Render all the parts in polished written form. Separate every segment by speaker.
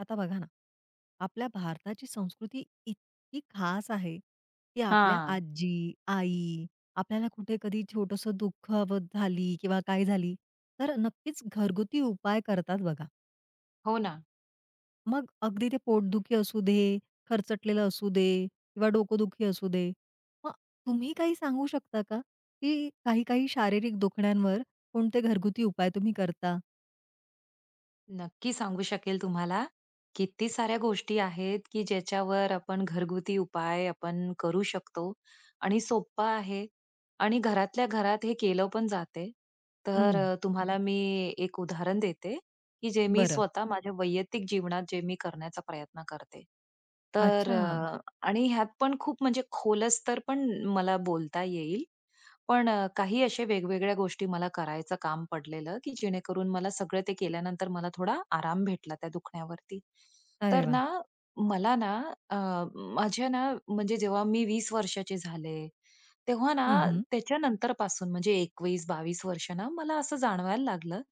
Speaker 1: आता बघा ना, आपल्या भारताची संस्कृती इतकी खास आहे, की आपल्या
Speaker 2: हां.
Speaker 1: आजी, आई आपल्याला कुठे कधी छोटंसं दुखापत झाली किंवा काय झाली, तर नक्कीच घरगुती उपाय करतात बघा.
Speaker 2: हो ना.
Speaker 1: मग अगदी ते पोटदुखी असू दे, खरचटलेलं असू दे किंवा डोकंदुखी असू दे. मग तुम्ही काही सांगू शकता का, की काही-काही शारीरिक दुखण्यांवर कोणते घरगुती उपाय तुम्ही करता?
Speaker 2: नक्की सांगू शकेल तुम्हाला. किती साऱ्या गोष्टी आहेत, की ज्याच्यावर आपण घरगुती उपाय करू शकतो आणि सोप्पा आहे आणि घरातल्या घरात हे केलं पण जाते. तर
Speaker 1: हं,
Speaker 2: तुम्हाला मी एक उदाहरण देते, की जे मी
Speaker 1: बरं.
Speaker 2: स्वतः माझ्या वैयक्तिक जीवनात जे मी करण्याचा प्रयत्न करते. तर
Speaker 1: अच्छा.
Speaker 2: अ, आणि ह्यात पण खूप म्हणजे खोलस्तर पण मला बोलता येईल. पण काही अशा वेगवेगळ्या गोष्टी मला करायचं काम पडलेलं, की जेणेकरून मला सगळं ते केल्यानंतर मला थोडा आराम भेटला त्या दुखण्यावरती.
Speaker 1: अरे
Speaker 2: तर
Speaker 1: वाह!
Speaker 2: ना, मला ना अ, माझ्या ना म्हणजे जेव्हा मी 20 वर्षाचे झाले, तेव्हा ना
Speaker 1: हं, हं.
Speaker 2: त्याच्यानंतरपासून म्हणजे 21-22 वर्ष ना मला असं जाणवायला लागलं,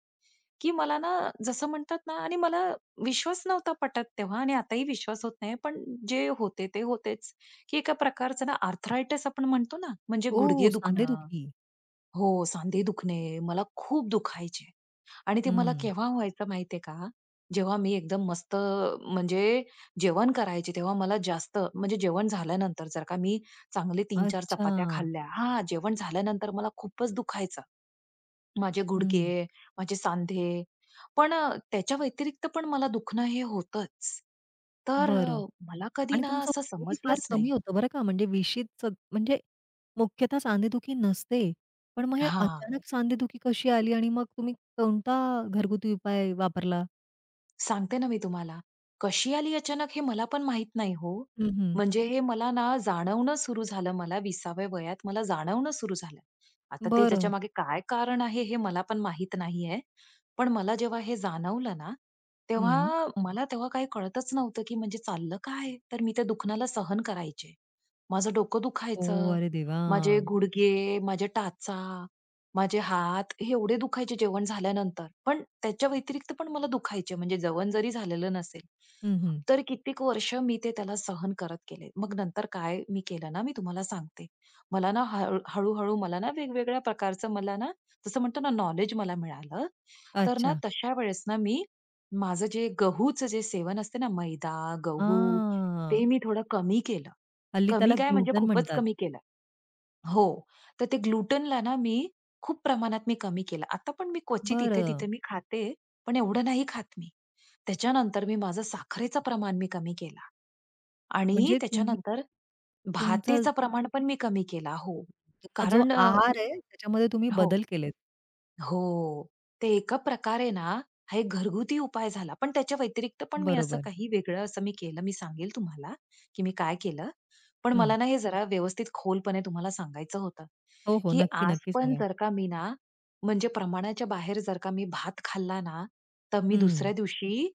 Speaker 2: की मला ना जसं म्हणतात ना आणि मला विश्वास नव्हता पटत तेव्हा आणि आताही विश्वास होत नाही. पण जे होते ते होतेच, की एका प्रकारचं ना आर्थरायटिस आपण म्हणतो ना, म्हणजे
Speaker 1: ओह!
Speaker 2: गुडघे दुखणं
Speaker 1: सांधेदुखी.
Speaker 2: हो, सांधे दुखणे मला खूप दुखायचे आणि ते मला
Speaker 1: हं.
Speaker 2: केव्हा व्हायचं माहितीये का? जेव्हा मी एकदम मस्त म्हणजे जेवण करायचे तेव्हा मला जास्त म्हणजे जेवण झाल्यानंतर जर का मी चांगले तीन-चार चपात्या
Speaker 1: अच्छा.
Speaker 2: खाल्ल्या हां, जेवण झाल्यानंतर मला खूपच दुखायचं. माझे
Speaker 1: हं.
Speaker 2: गुडघे, माझे सांधे. पण त्याच्या व्यतिरिक्त पण मला दुखणं हे होतंच. तर
Speaker 1: बरं.
Speaker 2: अ, मला कधी
Speaker 1: आणि
Speaker 2: ना
Speaker 1: तुमचं
Speaker 2: असं
Speaker 1: वय फार
Speaker 2: समजलंच नाही.
Speaker 1: कमी होतं बरं का, म्हणजे 20शीच म्हणजे मुख्यतः सांधेदुखी नसते. पण मग हे
Speaker 2: हां.
Speaker 1: अचानक सांधेदुखी कशी आली आणि मग तुम्ही कोणता घरगुती उपाय वापरला?
Speaker 2: सांगते ना मी तुम्हाला. कशी आली अचानक हे मला पण माहीत नाही हो.
Speaker 1: हं, हं.
Speaker 2: म्हणजे हे मला ना जाणवणं सुरू झालं मला 20व्या वयात मला जाणवणं सुरू झालं. आता ते
Speaker 1: बरं.
Speaker 2: त्याच्यामागे काय कारण आहे हे मला पण माहीत नाहीये. पण मला जेव्हा हे जाणवलं ना,
Speaker 1: हं.
Speaker 2: तेव्हा मला तेव्हा काही कळतच नव्हतं, की म्हणजे चाललं काय? तर मी त्या दुखण्याला सहन करायचे. माझं डोकं
Speaker 1: ओह!
Speaker 2: दुखायचं,
Speaker 1: अरे देवा!
Speaker 2: माझे गुडघे, माझे टाचा माझे हात हे एवढे दुखायचे जेवण झाल्यानंतर. पण त्याच्या व्यतिरिक्त पण मला दुखायचे. म्हणजे जेवण जरी झालेलं नसेल,
Speaker 1: हं, हं.
Speaker 2: तर कित्येक वर्ष मी ते त्याला सहन करत गेले. मग नंतर काय मी केलं ना, मी तुम्हाला सांगते. मला ना हळू हळू मला ना वेगवेगळ्या प्रकारचं मला ना, जसं म्हणतो ना नॉलेज मला मिळालं. तर ना
Speaker 1: अच्छा.
Speaker 2: तशा वेळेस ना मी माझं जे गहूचं जे सेवन असते ना मैदा,
Speaker 1: आ,
Speaker 2: गहू ते मी थोडं कमी केलं.
Speaker 1: हल्ली
Speaker 2: कमी
Speaker 1: त्याला
Speaker 2: काय म्हणजे
Speaker 1: ग्लुटन
Speaker 2: खूपच
Speaker 1: म्हणतात.
Speaker 2: कमी केलं. हो. तर ते ग्लुटनला ना मी खूप प्रमाणात मी कमी केलं. आता पण मी क्वचित
Speaker 1: बरं.
Speaker 2: इथे-तिथे मी खाते, पण एवढं नाही खात मी. त्याच्यानंतर मी माझं साखरेचं प्रमाण मी कमी केला आणि
Speaker 1: म्हणजे तुम्ही
Speaker 2: त्याच्यानंतर
Speaker 1: तुमचा
Speaker 2: भातेचं प्रमाण पण मी कमी केला. हो.
Speaker 1: तुमचा जो
Speaker 2: कारण
Speaker 1: आहार आहे त्याच्यामध्ये तुम्ही
Speaker 2: हो.
Speaker 1: बदल केलेत.
Speaker 2: हो. ते एका प्रकारे ना, हा एक घरगुती उपाय झाला. पण त्याच्या व्यतिरिक्त पण मी असं
Speaker 1: बरोबर.
Speaker 2: काही वेगळं असं मी केलं. मी सांगेल तुम्हाला, की मी काय केलं. पण
Speaker 1: हं.
Speaker 2: मला ना हे जरा व्यवस्थित खोलपणे तुम्हाला सांगायचं होतं,
Speaker 1: हो, हो.
Speaker 2: की
Speaker 1: नक्की,
Speaker 2: आज
Speaker 1: नक्की
Speaker 2: पण
Speaker 1: सांगा.
Speaker 2: जर का मी ना, म्हणजे प्रमाणाच्या बाहेर जर का मी भात खाल्ला ना, तर मी
Speaker 1: हं.
Speaker 2: दुसऱ्या दिवशी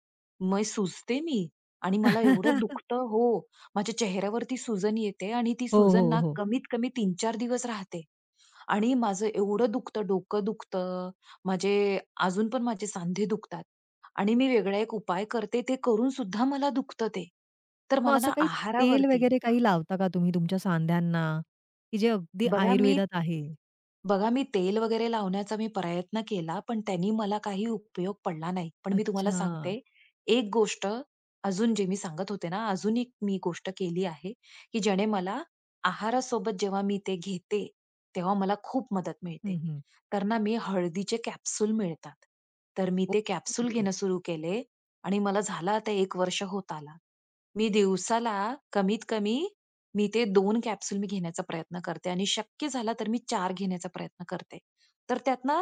Speaker 2: मग सुजते मी आणि मला एवढं दुखतं हो. माझ्या चेहऱ्यावरती सुजन येते आणि ती
Speaker 1: हो,
Speaker 2: सुजन
Speaker 1: हो,
Speaker 2: ना
Speaker 1: हो.
Speaker 2: कमीत कमी 3-4 दिवस राहते. आणि माझं एवढं दुखतं, डोकं दुखतं, माझे अजून पण माझे सांधे दुखतात आणि मी वेगळा एक उपाय करते, ते करून सुद्धा मला दुखतं ते. तर
Speaker 1: मग
Speaker 2: मला
Speaker 1: असं
Speaker 2: ना
Speaker 1: काही तेल
Speaker 2: आहारावरती
Speaker 1: वगैरे काही लावता का तुम्ही तुमच्या सांध्यांना, की जे अगदी
Speaker 2: बघा मी
Speaker 1: आयुर्वेदात आहे?
Speaker 2: बघा, मी तेल वगैरे लावण्याचा मी प्रयत्न केला, पण त्यानी मला काही उपयोग पडला नाही. पण मी तुम्हाला
Speaker 1: अच्छा.
Speaker 2: सांगते, एक गोष्ट अजून जे मी सांगत होते ना, अजून एक मी गोष्ट केली आहे, की ज्याने मला आहारासोबत जेव्हा मी ते घेते, तेव्हा मला खूप मदत मिळते.
Speaker 1: हं, हं.
Speaker 2: तर ना, मी हळदीचे कॅप्सूल मिळतात, तर मी ते
Speaker 1: ओह!
Speaker 2: कॅप्सूल घेणं सुरू केले आणि मला झाला आता 1 वर्ष होत आला. मी दिवसाला कमीत कमी मी ते दोन कॅप्सूल मी घेण्याचा प्रयत्न करते आणि शक्य झाला तर मी चार घेण्याचा प्रयत्न करते. तर त्यात ना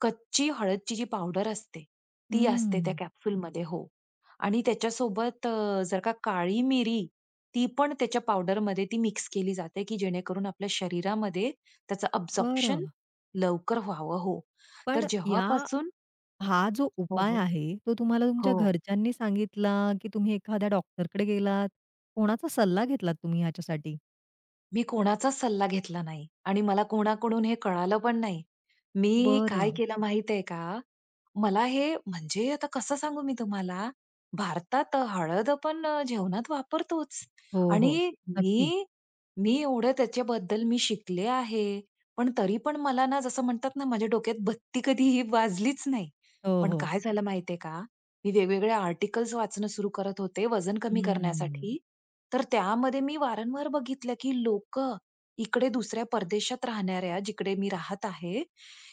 Speaker 2: कच्ची हळदची जी पावडर असते, ती असते त्या
Speaker 1: हं.
Speaker 2: कॅप्सूलमध्ये हो. आणि त्याच्यासोबत जर का काळी मिरी, ती पण त्याच्या पावडरमध्ये ती मिक्स केली जाते, की जेणेकरून आपल्या शरीरामध्ये त्याचं
Speaker 1: बरं.
Speaker 2: अब्झॉर्प्शन लवकर व्हावं हो. तर
Speaker 1: पण या
Speaker 2: जेव्हापासून
Speaker 1: हा जो
Speaker 2: हो,
Speaker 1: उपाय
Speaker 2: हो.
Speaker 1: आहे, तो तुम्हाला तुमच्या
Speaker 2: हो.
Speaker 1: घरच्यांनी सांगितला, की तुम्ही एखाद्या डॉक्टरकडे गेलात? कोणाचा सल्ला घेतलात तुम्ही ह्याच्यासाठी?
Speaker 2: मी कोणाचाच सल्ला घेतला नाही आणि मला कोणाकडून हे कळालं पण नाही. मी
Speaker 1: बरं.
Speaker 2: काय केलं माहिती का? मला हे म्हणजे आता कसं सांगू मी तुम्हाला, भारतात हळद आपण जेवणात वापरतोच
Speaker 1: हो, हो.
Speaker 2: आणि
Speaker 1: नक्की.
Speaker 2: मी मी एवढं त्याच्याबद्दल मी शिकले आहे. पण तरी पण मला ना जसं म्हणतात ना, माझ्या डोक्यात बत्ती कधीही वाजलीच नाही.
Speaker 1: हो,
Speaker 2: पण
Speaker 1: हो.
Speaker 2: काय झालं माहितीये का, मी वेगवेगळे आर्टिकल्स वाचणं सुरू करत होते वजन कमी
Speaker 1: हं.
Speaker 2: करण्यासाठी. तर त्यामध्ये मी वारंवार बघितलं, की लोकं इकडे दुसऱ्या परदेशात राहणाऱ्या, जिकडे मी राहत आहे,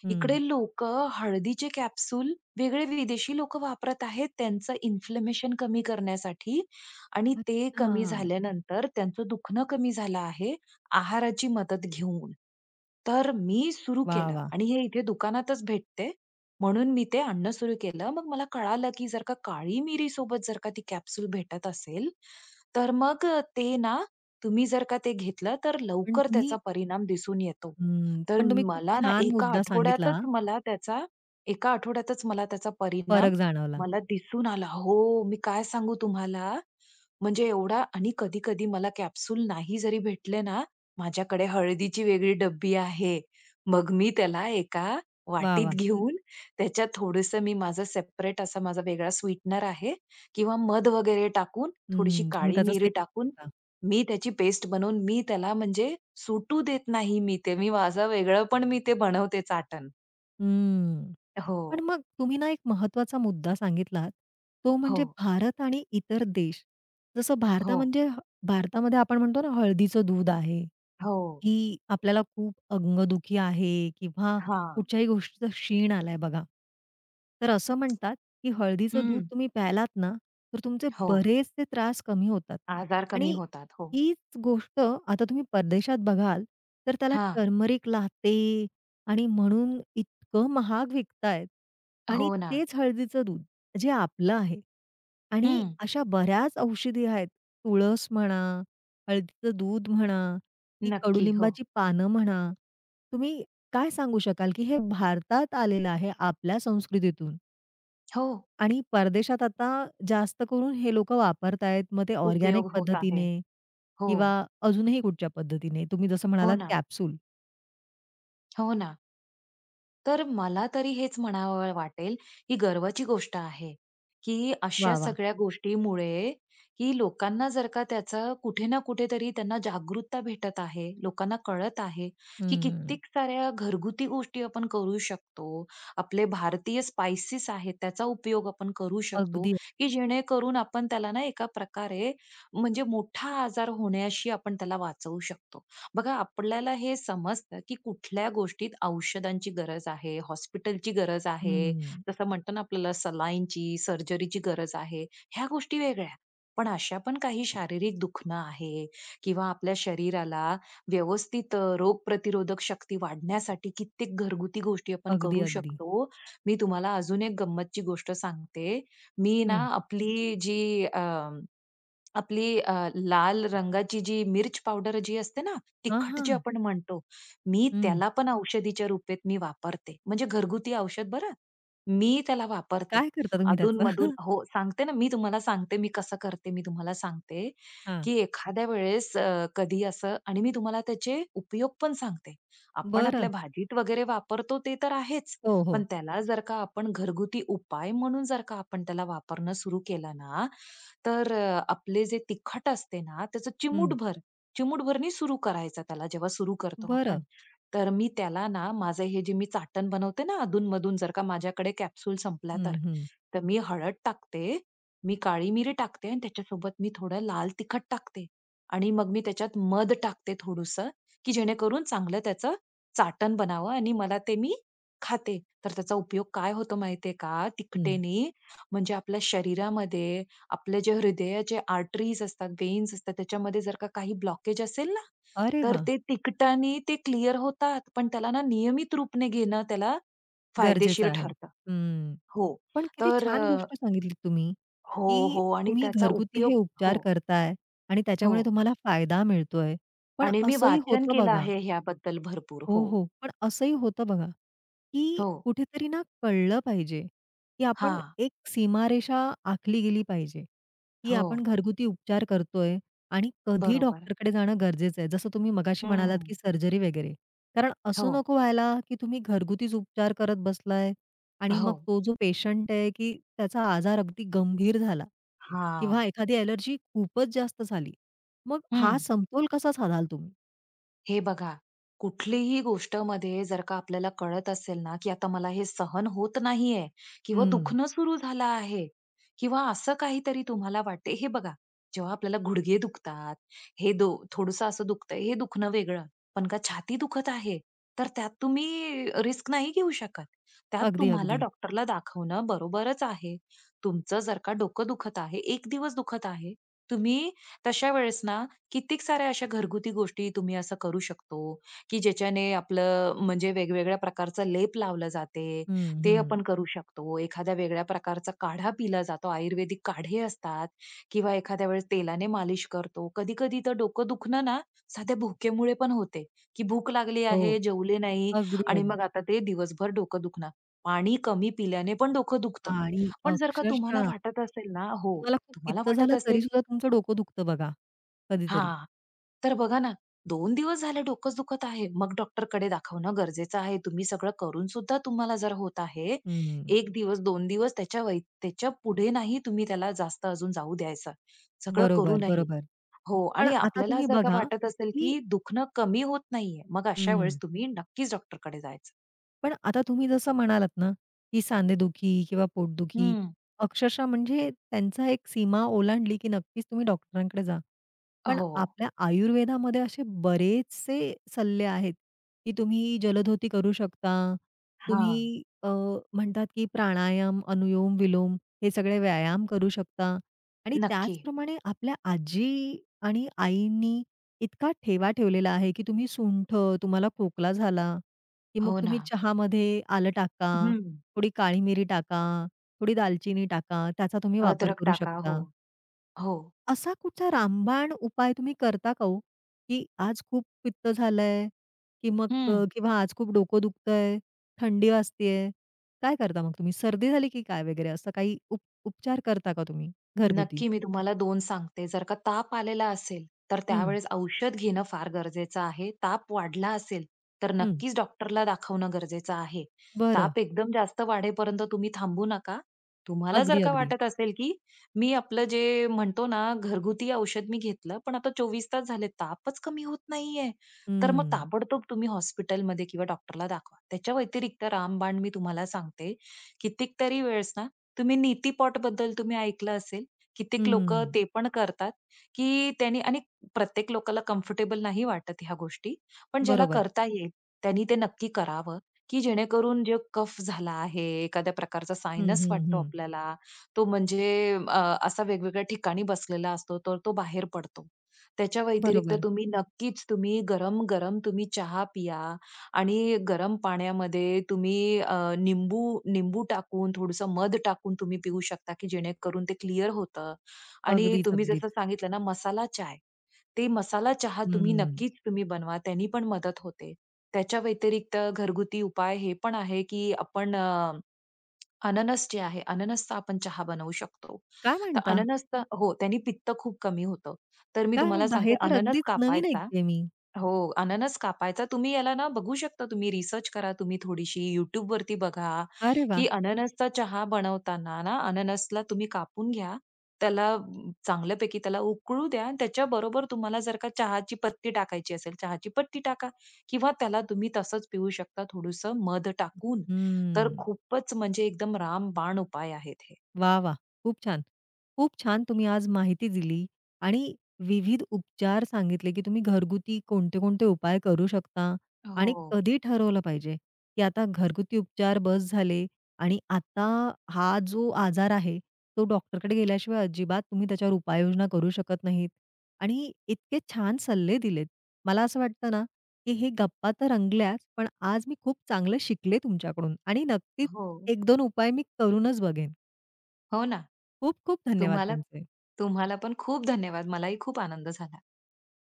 Speaker 1: हं.
Speaker 2: इकडे लोकं हळदीचे कॅप्सूल वेगळे विदेशी लोक वापरत आहेत, त्यांचं इन्फ्लमेशन कमी करण्यासाठी आणि ते
Speaker 1: अच्छा.
Speaker 2: कमी झाल्यानंतर त्यांचं दुखणं कमी झालं आहे, आहाराची मदत घेऊन. तर मी सुरू
Speaker 1: वाह,
Speaker 2: केलं
Speaker 1: वाह!
Speaker 2: आणि हे इथे दुकानातच भेटते, म्हणून मी ते आणणं सुरू केलं. मग मला कळालं, की जर का काळी मिरीसोबत जर का ती कॅप्सूल भेटत असेल, तर मग ते ना तुम्ही जर का ते घेतलं, तर
Speaker 1: पण
Speaker 2: लवकर
Speaker 1: तुम्ही
Speaker 2: त्याचा परिणाम दिसून येतो.
Speaker 1: हं,
Speaker 2: तर
Speaker 1: पण तुम्ही खूप
Speaker 2: मला ना
Speaker 1: छान मुद्दा सांगितला हां.
Speaker 2: एका आठवड्यातच मला त्याचा परिणाम
Speaker 1: फरक जाणवला.
Speaker 2: मला दिसून आला. हो, मी काय सांगू तुम्हाला, म्हणजे एवढा आणि कधी-कधी मला कॅप्सूल नाही जरी भेटले ना, माझ्याकडे हळदीची वेगळी डब्बी आहे. मग मी त्याला एका
Speaker 1: वाह!
Speaker 2: वाटीत
Speaker 1: वाह!
Speaker 2: घेऊन त्याच्यात थोडंसं मी माझं सेपरेट असा माझा वेगळा स्वीटनर आहे किंवा मध वगैरे टाकून, थोडीशी
Speaker 1: हं, तुम्ही
Speaker 2: काळी
Speaker 1: त्याचा
Speaker 2: मिरी
Speaker 1: सेवन
Speaker 2: टाकून
Speaker 1: करता.
Speaker 2: मी त्याची पेस्ट बनवून मी त्याला म्हणजे सुटू देत नाही मी ते. मी माझं वेगळं पण मी ते बनवते चाटण.
Speaker 1: हं. पण
Speaker 2: हो,
Speaker 1: मग तुम्ही ना एक महत्वाचा मुद्दा सांगितलात, तो
Speaker 2: हो,
Speaker 1: म्हणजे भारत आणि इतर देश. जसं भारता
Speaker 2: हो,
Speaker 1: म्हणजे ह- भारतामध्ये आपण म्हणतो ना हळदीचं दूध आहे
Speaker 2: हो.
Speaker 1: की आपल्याला खूप अंगदुखी आहे किंवा
Speaker 2: हां.
Speaker 1: कुठच्याही गोष्टीचा क्षीण आलाय बघा. तर असं म्हणतात, की हळदीचं दूध
Speaker 2: हं.
Speaker 1: तुम्ही प्यायलात ना, तर तुमचे
Speaker 2: हो.
Speaker 1: बरेचसे त्रास कमी होतात.
Speaker 2: आजार कमी
Speaker 1: आणि
Speaker 2: होतात. हो.
Speaker 1: हीच गोष्ट आता तुम्ही परदेशात बघाल, तर त्याला
Speaker 2: हां.
Speaker 1: टर्मरिक लाते आणि म्हणून इतकं महाग विकतायत आणि
Speaker 2: हो ना.
Speaker 1: तेच हळदीचं दूध जे आपलं आहे. आणि
Speaker 2: हं.
Speaker 1: अशा बऱ्याच औषधी आहेत. तुळस म्हणा, हळदीचं दूध म्हणा. की
Speaker 2: नक्की. हो.
Speaker 1: कडुलिंबाची पानं म्हणा, तुम्ही काय सांगू शकाल, की हे भारतात आलेलं आहे आपल्या संस्कृतीतून
Speaker 2: हो.
Speaker 1: आणि परदेशात आता जास्त करून हे लोकं वापरतायत. मग ते ऑर्गॅनिक
Speaker 2: उपयोग होत आहे.
Speaker 1: पद्धतीने
Speaker 2: हो.
Speaker 1: किंवा अजूनही कुठच्या पद्धतीने तुम्ही जसं
Speaker 2: हो
Speaker 1: म्हणालात
Speaker 2: ना.
Speaker 1: कॅप्सूल.
Speaker 2: हो ना. तर मला तरी हेच म्हणावं वाटेल, ही गर्वाची गोष्ट आहे, की अशा
Speaker 1: वाह! वाह!
Speaker 2: सगळ्या गोष्टीमुळे, की लोकांना जर का त्याचं कुठे ना कुठेतरी त्यांना जागरूकता भेटत आहे. लोकांना कळत आहे, की
Speaker 1: हं.
Speaker 2: कित्येक साऱ्या घरगुती गोष्टी आपण करू शकतो. आपले भारतीय स्पाइसेस आहेत, त्याचा उपयोग आपण करू शकतो,
Speaker 1: अगदी.
Speaker 2: की जेणेकरून आपण त्याला ना एका प्रकारे म्हणजे मोठा आजार होण्याशी आपण त्याला वाचवू शकतो. बघा आपल्याला हे समजतं की कुठल्या गोष्टीत औषधांची गरज आहे, हॉस्पिटलची गरज आहे,
Speaker 1: हं.
Speaker 2: जसं म्हणतो ना आपल्याला सलाईनची, सर्जरीची गरज आहे, ह्या गोष्टी वेगळ्या. पण अशा पण काही शारीरिक दुखणं आहे किंवा आपल्या शरीराला व्यवस्थित रोगप्रतिरोधक शक्ती वाढण्यासाठी कित्येक घरगुती गोष्टी आपण
Speaker 1: अगदी,
Speaker 2: करू
Speaker 1: अगदी.
Speaker 2: शकतो. मी तुम्हाला अजून एक गंमतची गोष्ट सांगते. मी ना
Speaker 1: हं.
Speaker 2: आपली लाल रंगाची जी मिर्च पावडर जी असते ना,
Speaker 1: हां,
Speaker 2: तिखट जे
Speaker 1: हां.
Speaker 2: आपण म्हणतो, मी
Speaker 1: हं.
Speaker 2: त्याला पण औषधीच्या रूपेत मी वापरते. म्हणजे घरगुती औषध बरं. मी त्याला वापरते.
Speaker 1: काय करता तुम्ही
Speaker 2: अधून
Speaker 1: त्याचा?
Speaker 2: हो, सांगते ना, मी तुम्हाला सांगते मी कसं करते, मी तुम्हाला सांगते,
Speaker 1: हां.
Speaker 2: की एखाद्या वेळेस कधी असं आणि मी तुम्हाला त्याचे उपयोग पण सांगते. आपण
Speaker 1: बरं.
Speaker 2: आपल्या भाजीत वगैरे वापरतो ते तर आहेच.
Speaker 1: हो, हो.
Speaker 2: पण त्याला जर का आपण घरगुती उपाय म्हणून जर का आपण त्याला वापरणं सुरू केलं ना, तर आपले जे तिखट असते ना, त्याचं
Speaker 1: हं.
Speaker 2: चिमूटभर, चिमूटभरनी सुरू करायचं त्याला जेव्हा सुरू करतो आपण.
Speaker 1: बरं.
Speaker 2: तर मी त्याला ना, माझं हे जे मी चाटण बनवते ना अधून-मधून जर का माझ्याकडे कॅप्सूल संपला तर.
Speaker 1: हं, हं,
Speaker 2: तर मी हळद टाकते, मी काळी मिरी टाकते आणि त्याच्यासोबत मी थोडं लाल तिखट टाकते आणि मग मी त्याच्यात मध टाकते थोडंसं, की जेणेकरून चांगलं त्याचं चाटण बनावं आणि मला ते मी खाते. तर त्याचा उपयोग काय होतो माहितीये का?
Speaker 1: हं.
Speaker 2: तिखटेने म्हणजे आपल्या शरीरामध्ये आपले जे हृदयाचे आर्टरीज असतात, वेन्स असतात त्याच्यामध्ये जर का काही ब्लॉकेज असेल ना
Speaker 1: अरे
Speaker 2: तर
Speaker 1: वाह!
Speaker 2: ते तिखटाने ते क्लिअर होतात, पण त्याला ना नियमित रूपने घेणं त्याला
Speaker 1: गरजेचं
Speaker 2: फायदेशीर
Speaker 1: आहे.
Speaker 2: ठरतं.
Speaker 1: हं.
Speaker 2: हो.
Speaker 1: पण किती
Speaker 2: तर
Speaker 1: छान
Speaker 2: अ,
Speaker 1: गोष्ट सांगितलीत तुम्ही,
Speaker 2: हो,
Speaker 1: की
Speaker 2: हो आणि
Speaker 1: तुम्ही
Speaker 2: त्याचा
Speaker 1: घरगुती हे
Speaker 2: उपयोग
Speaker 1: उपचार
Speaker 2: हो,
Speaker 1: करताय आणि
Speaker 2: हो
Speaker 1: त्याच्यामुळे तुम्हाला फायदा मिळतोय. पण
Speaker 2: आणि मी
Speaker 1: असंही
Speaker 2: वाचन
Speaker 1: होतं
Speaker 2: केलं
Speaker 1: बघा,
Speaker 2: आहे ह्याबद्दल भरपूर.
Speaker 1: हो,
Speaker 2: हो,
Speaker 1: हो. पण असंही होतं बघा, की
Speaker 2: हो.
Speaker 1: कुठेतरी ना कळलं पाहिजे, की आपण
Speaker 2: हां.
Speaker 1: एक सीमारेषा आखली गेली पाहिजे, की
Speaker 2: हो.
Speaker 1: आपण घरगुती उपचार करतोय आणि कधी
Speaker 2: बरोबर.
Speaker 1: डॉक्टरकडे जाणं गरजेचं आहे. जसं तुम्ही मगाशी म्हणालात, की
Speaker 2: हं.
Speaker 1: सर्जरी वगैरे. कारण असं
Speaker 2: हो,
Speaker 1: नको व्हायला, की तुम्ही घरगुतीच उपचार करत बसलाय आणि
Speaker 2: हो.
Speaker 1: मग तो जो पेशंट आहे, की त्याचा आजार अगदी गंभीर झाला
Speaker 2: हां.
Speaker 1: किंवा एखादी एलर्जी खूपच जास्त झाली. मग हा
Speaker 2: हं.
Speaker 1: समतोल कसा साधाल तुम्ही?
Speaker 2: हे बघा, कुठलीही गोष्टमध्ये जर का आपल्याला कळत असेल ना, की आता मला हे सहन होत नाहीये किंवा
Speaker 1: हं.
Speaker 2: दुखणं सुरू झालं आहे किंवा असं काहीतरी तुम्हाला वाटते. हे बघा, जेव्हा आपल्याला गुडघे दुखतात, हे दो थोडंसं असं दुखतंय, हे दुखणं वेगळं. पण का छाती दुखत आहे, तर त्यात तुम्ही रिस्क नाही घेऊ शकत. त्यात
Speaker 1: अगदी,
Speaker 2: तुम्हाला
Speaker 1: अगदी.
Speaker 2: डॉक्टरला दाखवणं बरोबरच आहे. तुमचं जर का डोकं दुखत आहे, एक दिवस दुखत आहे, तुम्ही तशा वेळेस ना कित्येक साऱ्या अशा घरगुती गोष्टी तुम्ही असं करू शकतो, की ज्याच्याने आपलं म्हणजे वेगवेगळ्या प्रकारचा लेप लावला जाते,
Speaker 1: हं,
Speaker 2: ते
Speaker 1: हं.
Speaker 2: आपण करू शकतो. एखाद्या वेगळ्या प्रकारचा काढा पिला जातो, आयुर्वेदिक काढे असतात किंवा एखाद्या वेळेस तेलाने मालिश करतो. कधी-कधी तर डोकं दुखणं ना साध्या भुकेमुळे पण होते, की भूक लागली
Speaker 1: हो.
Speaker 2: आहे, जेवले नाही
Speaker 1: अगदी,
Speaker 2: आणि
Speaker 1: अगदी.
Speaker 2: मग आता ते दिवसभर डोकं दुखणं. पाणी कमी पिल्याने पण डोकं दुखतं.
Speaker 1: आणि
Speaker 2: पण जर का तुम्हाला
Speaker 1: अक्षरशः
Speaker 2: वाटत असेल ना हो,
Speaker 1: तुम्हाला खूप
Speaker 2: तुम्हाला
Speaker 1: पित्त
Speaker 2: वाटत
Speaker 1: झालं तरी
Speaker 2: असेल
Speaker 1: सुद्धा तुमचं डोकं दुखतं बघा, कधीतरी.
Speaker 2: हां. तर बघा ना, 2 दिवस झाले डोकंच दुखत आहे. मग डॉक्टरकडे दाखवणं गरजेचं आहे. तुम्ही सगळं करून सुद्धा तुम्हाला जर होत आहे,
Speaker 1: हं.
Speaker 2: एक दिवस, दोन दिवस त्याच्या पुढे नाही तुम्ही त्याला जास्त अजून जाऊ द्यायचं. सगळं
Speaker 1: बरोबर,
Speaker 2: करूनही.
Speaker 1: बरोबर.
Speaker 2: हो.
Speaker 1: पण
Speaker 2: आणि
Speaker 1: आता
Speaker 2: आपल्याला
Speaker 1: तुम्ही
Speaker 2: जर का
Speaker 1: बघा,
Speaker 2: वाटत असेल,
Speaker 1: की
Speaker 2: की दुखणं कमी होत नाहीये, मग अशा वेळेस
Speaker 1: हं.
Speaker 2: तुम्ही नक्कीच डॉक्टरकडे जायचं.
Speaker 1: पण आता तुम्ही जसं म्हणालात ना, की सांधेदुखी किंवा पोटदुखी
Speaker 2: हं.
Speaker 1: अक्षरशः म्हणजे त्यांचा एक सीमा ओलांडली, की नक्कीच तुम्ही डॉक्टरांकडे जा. पण
Speaker 2: हो.
Speaker 1: आपल्या आयुर्वेदामध्ये असे बरेचसे सल्ले आहेत, की तुम्ही जलधोती करू शकता. तुम्ही
Speaker 2: हां.
Speaker 1: अ, म्हणतात, की प्राणायाम, अनुलोम, विलोम हे सगळे व्यायाम करू शकता. आणि
Speaker 2: नक्की.
Speaker 1: त्याचप्रमाणे आपल्या आजी आणि आईंनी इतका ठेवा ठेवलेला आहे, की तुम्ही सुंठ, तुम्हाला खोकला झाला की मग
Speaker 2: हो ना.
Speaker 1: तुम्ही चहामध्ये आलं टाका,
Speaker 2: हं.
Speaker 1: थोडी काळी मिरी टाका, थोडी दालचिनी टाका, त्याचा तुम्ही वापर
Speaker 2: अद्रक
Speaker 1: करू
Speaker 2: टाका. हो.
Speaker 1: शकता.
Speaker 2: हो.
Speaker 1: असा कुठचा रामबाण उपाय तुम्ही करता का हो? की आज खूप पित्त झालंय, की मग
Speaker 2: हं.
Speaker 1: किंवा आज खूप डोकं दुखतंय, थंडी वाजतेय. काय करता मग तुम्ही? सर्दी झाली की काय वगैरे असं काही उपचार करता का तुम्ही घरगुती?
Speaker 2: नक्की, मी तुम्हाला दोन सांगते. जर का ताप आलेला असेल, तर
Speaker 1: हं,
Speaker 2: त्यावेळेस औषध घेणं फार गरजेचं आहे. ताप वाढला असेल, तर
Speaker 1: हं.
Speaker 2: नक्कीच डॉक्टरला दाखवणं गरजेचं आहे.
Speaker 1: बरं.
Speaker 2: ताप एकदम जास्त वाढेपर्यंत तुम्ही थांबू नका. तुम्हाला
Speaker 1: अगदी,
Speaker 2: जर का
Speaker 1: अगदी.
Speaker 2: वाटत असेल, की मी आपलं जे म्हणतो ना, घरगुती औषध मी घेतलं, पण आता 24 तास झाले, तापच कमी होत नाहीये, तर मग
Speaker 1: हं,
Speaker 2: ताबडतोब तुम्ही हॉस्पिटलमध्ये किंवा डॉक्टरला दाखवा. त्याच्या व्यतिरिक्त रामबाण मी तुम्हाला सांगते, कितीतरी वेळेस ना, तुम्ही नीती पॉटबद्दल तुम्ही ऐकलं असेल? कित्येक लोक
Speaker 1: हं.
Speaker 2: ते पण करतात, की त्यांनी आणि प्रत्येक लोकाला कम्फर्टेबल नाही वाटत ह्या गोष्टी. पण ज्याला
Speaker 1: बरोबर.
Speaker 2: करता येईल त्यांनी ते नक्की करावं, की जेणेकरून जे कफ झाला आहे, एखाद्या प्रकारचा
Speaker 1: हं,
Speaker 2: सायनस
Speaker 1: हं,
Speaker 2: वाटतो
Speaker 1: हं.
Speaker 2: आपल्याला, तो म्हणजे अ, असा वेगवेगळ्या ठिकाणी बसलेला असतो, तर तो बाहेर पडतो. त्याच्या व्यतिरिक्त
Speaker 1: बरोबर.
Speaker 2: तुम्ही नक्कीच तुम्ही गरम-गरम तुम्ही चहा पिया आणि गरम पाण्यामध्ये तुम्ही निंबू निंबू टाकून, थोडंसं मध टाकून तुम्ही पिऊ शकता, की जेणेकरून ते क्लिअर होतं. आणि
Speaker 1: अगदीच,
Speaker 2: तुम्ही
Speaker 1: अगदीच.
Speaker 2: जसं सांगितलं ना मसाला चाय, ते मसाला चहा तुम्ही
Speaker 1: हं.
Speaker 2: नक्कीच तुम्ही बनवा, त्यांनी पण मदत होते. त्याच्या व्यतिरिक्त घरगुती उपाय हे पण आहे, की आपण अननस जे आहे, अननसचा आपण चहा बनवू शकतो.
Speaker 1: काय
Speaker 2: तर
Speaker 1: म्हणता?
Speaker 2: अननसचा हो, त्यानी पित्त खूप कमी होतं. तर मी
Speaker 1: काय
Speaker 2: तुम्हाला
Speaker 1: म्हणता? हे
Speaker 2: सांगते
Speaker 1: तर
Speaker 2: अननस
Speaker 1: अगदीच नवीन
Speaker 2: कापायचा
Speaker 1: ऐकतेय मी.
Speaker 2: हो, अननस कापायचा तुम्ही याला ना बघू शकता तुम्ही रिसर्च करा तुम्ही थोडीशी YouTubeवरती बघा,
Speaker 1: अरे वाह!
Speaker 2: की अननसचा चहा बनवताना ना अननसला तुम्ही कापून घ्या. चांगल्यापैकी त्याला उकळू द्या आणि त्याच्याबरोबर तुम्हाला जर का चहाची पत्ती टाकायची असेल, चहाची पत्ती टाका किंवा त्याला तुम्ही तसंच पिऊ शकता थोडंसं मध टाकून. तर
Speaker 1: हं.
Speaker 2: खूपच म्हणजे एकदम रामबाण उपाय आहेत हे.
Speaker 1: वाह, वाह! खूप छान. खूप छान तुम्ही आज माहिती दिली आणि विविध उपचार सांगितले, की तुम्ही घरगुती कोणते-कोणते उपाय करू शकता आणि
Speaker 2: हो,
Speaker 1: कधी ठरवलं पाहिजे, की आता घरगुती उपचार बस झाले आणि आता हा जो आजार आहे, तो डॉक्टरकडे गेल्याशिवाय अजिबात तुम्ही त्याच्यावर उपाययोजना करू शकत नाहीत आणि इतके छान सल्ले दिलेत. मला असं वाटतं ना, की हे गप्पा तर रंगल्याच, पण आज मी खूप चांगलं शिकले तुमच्याकडून आणि नक्कीच
Speaker 2: हो.
Speaker 1: 1-2 उपाय मी करूनच बघेन.
Speaker 2: हो ना.
Speaker 1: खूप खूप धन्यवाद
Speaker 2: तुम्हाला
Speaker 1: तुमचे.
Speaker 2: तुम्हाला पण खूप धन्यवाद. मलाही खूप आनंद झाला.